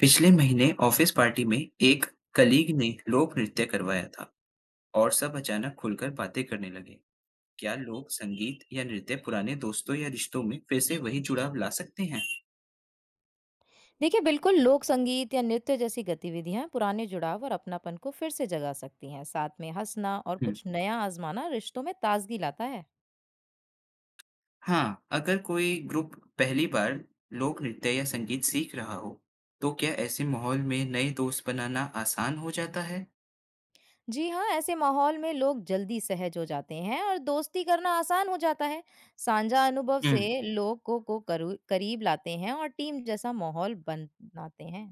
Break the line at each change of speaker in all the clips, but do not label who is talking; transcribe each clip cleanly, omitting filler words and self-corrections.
पिछले महीने office party में एक कलीग ने लोक नृत्य करवाया था और सब अचानक खुलकर बातें करने लगे। क्या लोक संगीत या नृत्य पुराने दोस्तों या रिश्तों में फिर से वही जुड़ाव ला सकते हैं?
देखिए बिल्कुल। लोक संगीत या नृत्य जैसी गतिविधियां पुराने जुड़ाव और अपनापन को फिर से जगा सकती हैं। साथ में हंसना और
हम्म।
कुछ नया आजमाना रिश्तों में ताजगी लाता है।
हाँ, अगर कोई ग्रुप पहली बार लोक नृत्य या संगीत सीख रहा हो, तो क्या ऐसे माहौल में नए दोस्त बनाना आसान हो जाता है?
जी हाँ, ऐसे माहौल में लोग जल्दी सहज हो जाते हैं और दोस्ती करना आसान हो जाता है। साझा अनुभव से
हम्म,
लोग करीब लाते हैं और टीम जैसा माहौल बनाते हैं।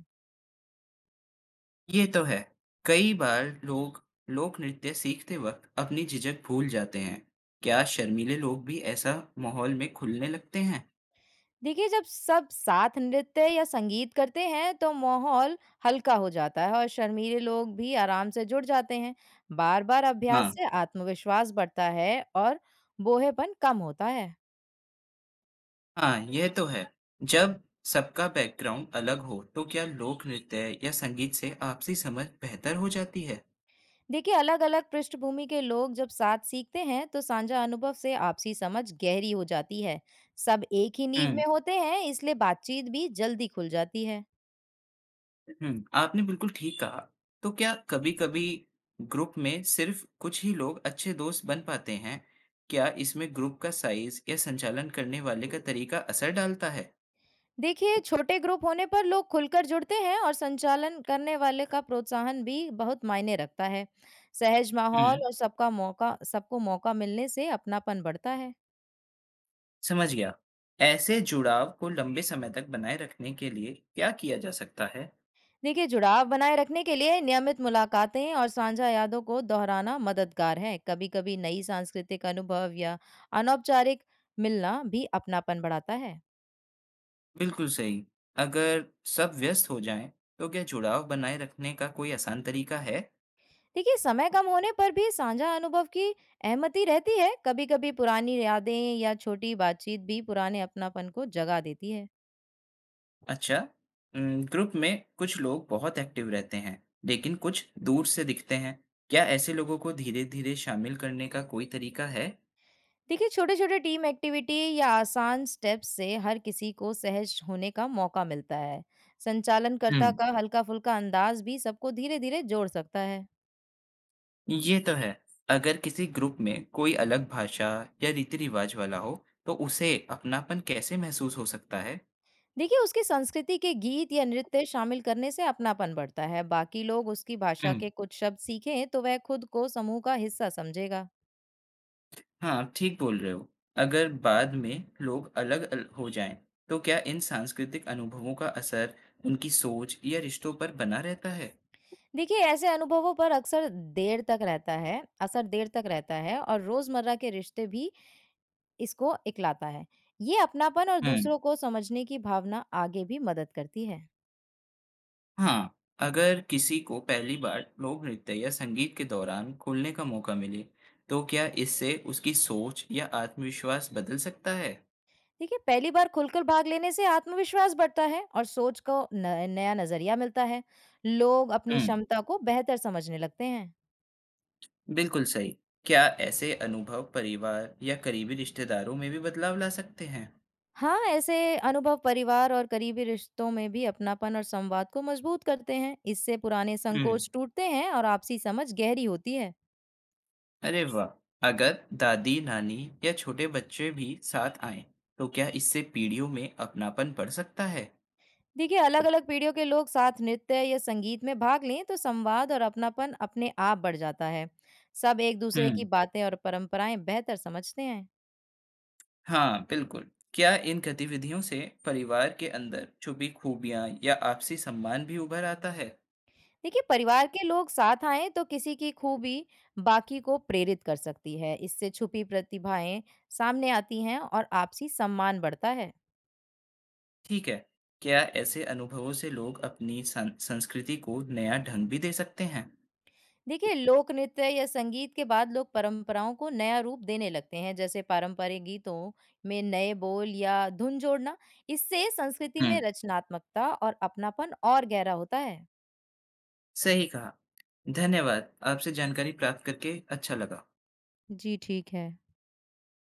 ये तो है। कई बार लोग लोक नृत्य सीखते वक़्त अपनी झिझक भूल जाते हैं। क्या शर्मीले लोग भी ऐसा माहौल में खुलने लगते हैं?
देखिए, जब सब साथ नृत्य या संगीत करते हैं तो माहौल हल्का हो जाता है और शर्मीले लोग भी आराम से जुड़ जाते हैं। बार बार
हाँ,
अभ्यास से आत्मविश्वास बढ़ता है और बोहेपन कम होता है।
हाँ, यह तो है। जब सबका बैकग्राउंड अलग हो, तो क्या लोक नृत्य या संगीत से आपसी समझ बेहतर हो जाती है?
देखिए, अलग अलग पृष्ठभूमि के लोग जब साथ सीखते हैं तो साझा अनुभव से आपसी समझ गहरी हो जाती है। सब एक ही नींव
हुँ,
में होते हैं, इसलिए बातचीत भी जल्दी खुल जाती है।
हुँ, आपने बिल्कुल ठीक कहा। तो क्या कभी-कभी ग्रुप में सिर्फ़ कुछ ही लोग अच्छे दोस्त बन पाते हैं? क्या इसमें ग्रुप का साइज़ या संचालन करने वाले का तरीका असर डालता है?
देखिए, छोटे ग्रुप होने पर लोग खुलकर जुड़ते हैं और संचालन करने वाले का प्रोत्साहन भी बहुत मायने रखता है। सहज माहौल
हुँ,
और सबका मौका सबको मौका मिलने से अपनापन बढ़ता है।
समझ गया। ऐसे जुड़ाव को लंबे समय तक बनाए रखने के लिए क्या किया जा सकता है?
देखिए, जुड़ाव बनाए रखने के लिए नियमित मुलाकातें और साझा यादों को दोहराना मददगार है। कभी कभी नई सांस्कृतिक अनुभव या अनौपचारिक मिलना भी अपनापन बढ़ाता है।
बिल्कुल सही। अगर सब व्यस्त हो जाएँ, तो क्या जुड़ाव बनाए रखने का कोई आसान तरीका है?
देखिए, समय कम होने पर भी साझा अनुभव की अहमति रहती है। कभी-कभी पुरानी यादें या छोटी बातचीत भी पुराने अपनापन को जगा देती है।
अच्छा। ग्रुप में कुछ लोग बहुत एक्टिव रहते हैं, लेकिन कुछ दूर से दिखते हैं। क्या ऐसे लोगों को धीरे-धीरे शामिल करने का कोई तरीका है?
देखिए, छोटे-छोटे टीम एक्टिविटी या आसान स्टेप्स से हर किसी को सहज होने का मौका मिलता है। संचालनकर्ता
हुँ,
का हल्का-फुल्का अंदाज भी सबको धीरे-धीरे जोड़ सकता है।
ये तो है। अगर किसी ग्रुप में कोई अलग भाषा या रीति-रिवाज वाला हो, तो उसे अपनापन कैसे महसूस हो सकता है?
देखिए, उसकी संस्कृति के गीत या नृत्य शामिल करने से अपनापन बढ़ता है। बाकी लोग उसकी भाषा
हुँ।
के कुछ शब्द सीखें तो वह खुद को समूह का हिस्सा समझेगा।
हाँ, ठीक बोल रहे हो। अगर बाद में लोग अलग अल हो जाएँ, तो क्या इन सांस्कृतिक अनुभवों का असर उनकी सोच या रिश्तों पर बना रहता है?
देखिए, ऐसे अनुभवों पर अक्सर देर तक रहता है असर देर तक रहता है और रोज़मर्रा के रिश्ते भी इसको इकलाता है। ये अपनापन और
हुँ।
दूसरों को समझने की भावना आगे भी मदद करती है।
हाँ, अगर किसी को पहली बार लोक नृत्य या संगीत के दौरान खुलने का मौका मिले, तो क्या इससे उसकी सोच या आत्मविश्वास बदल सकता है?
देखिए, पहली बार खुलकर भाग लेने से आत्मविश्वास बढ़ता है और सोच को न नया नज़रिया मिलता है। लोग अपनी
हुँ,
क्षमता को बेहतर समझने लगते हैं।
बिल्कुल सही। क्या ऐसे अनुभव परिवार या करीबी रिश्तेदारों में भी बदलाव ला सकते हैं?
हाँ, ऐसे अनुभव परिवार और करीबी रिश्तों में भी अपनापन और संवाद को मजबूत करते हैं। इससे पुराने
हुँ।
संकोच टूटते हैं और आपसी समझ गहरी होती है।
अरे वाह! अगर दादी, नानी या छोटे बच्चे भी साथ आएं, तो क्या इससे पीढ़ियों में अपनापन बढ़ सकता है?
देखिए, अलग अलग पीढ़ियों के लोग साथ नृत्य या संगीत में भाग लें तो संवाद और अपनापन अपने आप बढ़ जाता है। सब एक दूसरे
हुँ।
की बातें और परंपराएं बेहतर समझते हैं।
हाँ, बिल्कुल। क्या इन गतिविधियों से परिवार के अंदर छुपी खूबियाँ या आपसी सम्मान भी उभर आता है?
देखिए, परिवार के लोग साथ आए तो किसी की खूबी बाकी को प्रेरित कर सकती है। इससे छुपी प्रतिभाएं सामने आती हैं और आपसी सम्मान बढ़ता है।
ठीक है। क्या ऐसे अनुभवों से लोग अपनी सं संस्कृति को नया ढंग भी दे सकते हैं?
देखिए, लोक नृत्य या संगीत के बाद लोग परंपराओं को नया रूप देने लगते हैं, जैसे पारंपरिक गीतों में नए बोल या धुन जोड़ना। इससे संस्कृति
हुँ,
में रचनात्मकता और अपनापन और गहरा होता है।
सही कहा। धन्यवाद। आपसे जानकारी प्राप्त करके अच्छा लगा।
जी ठीक है।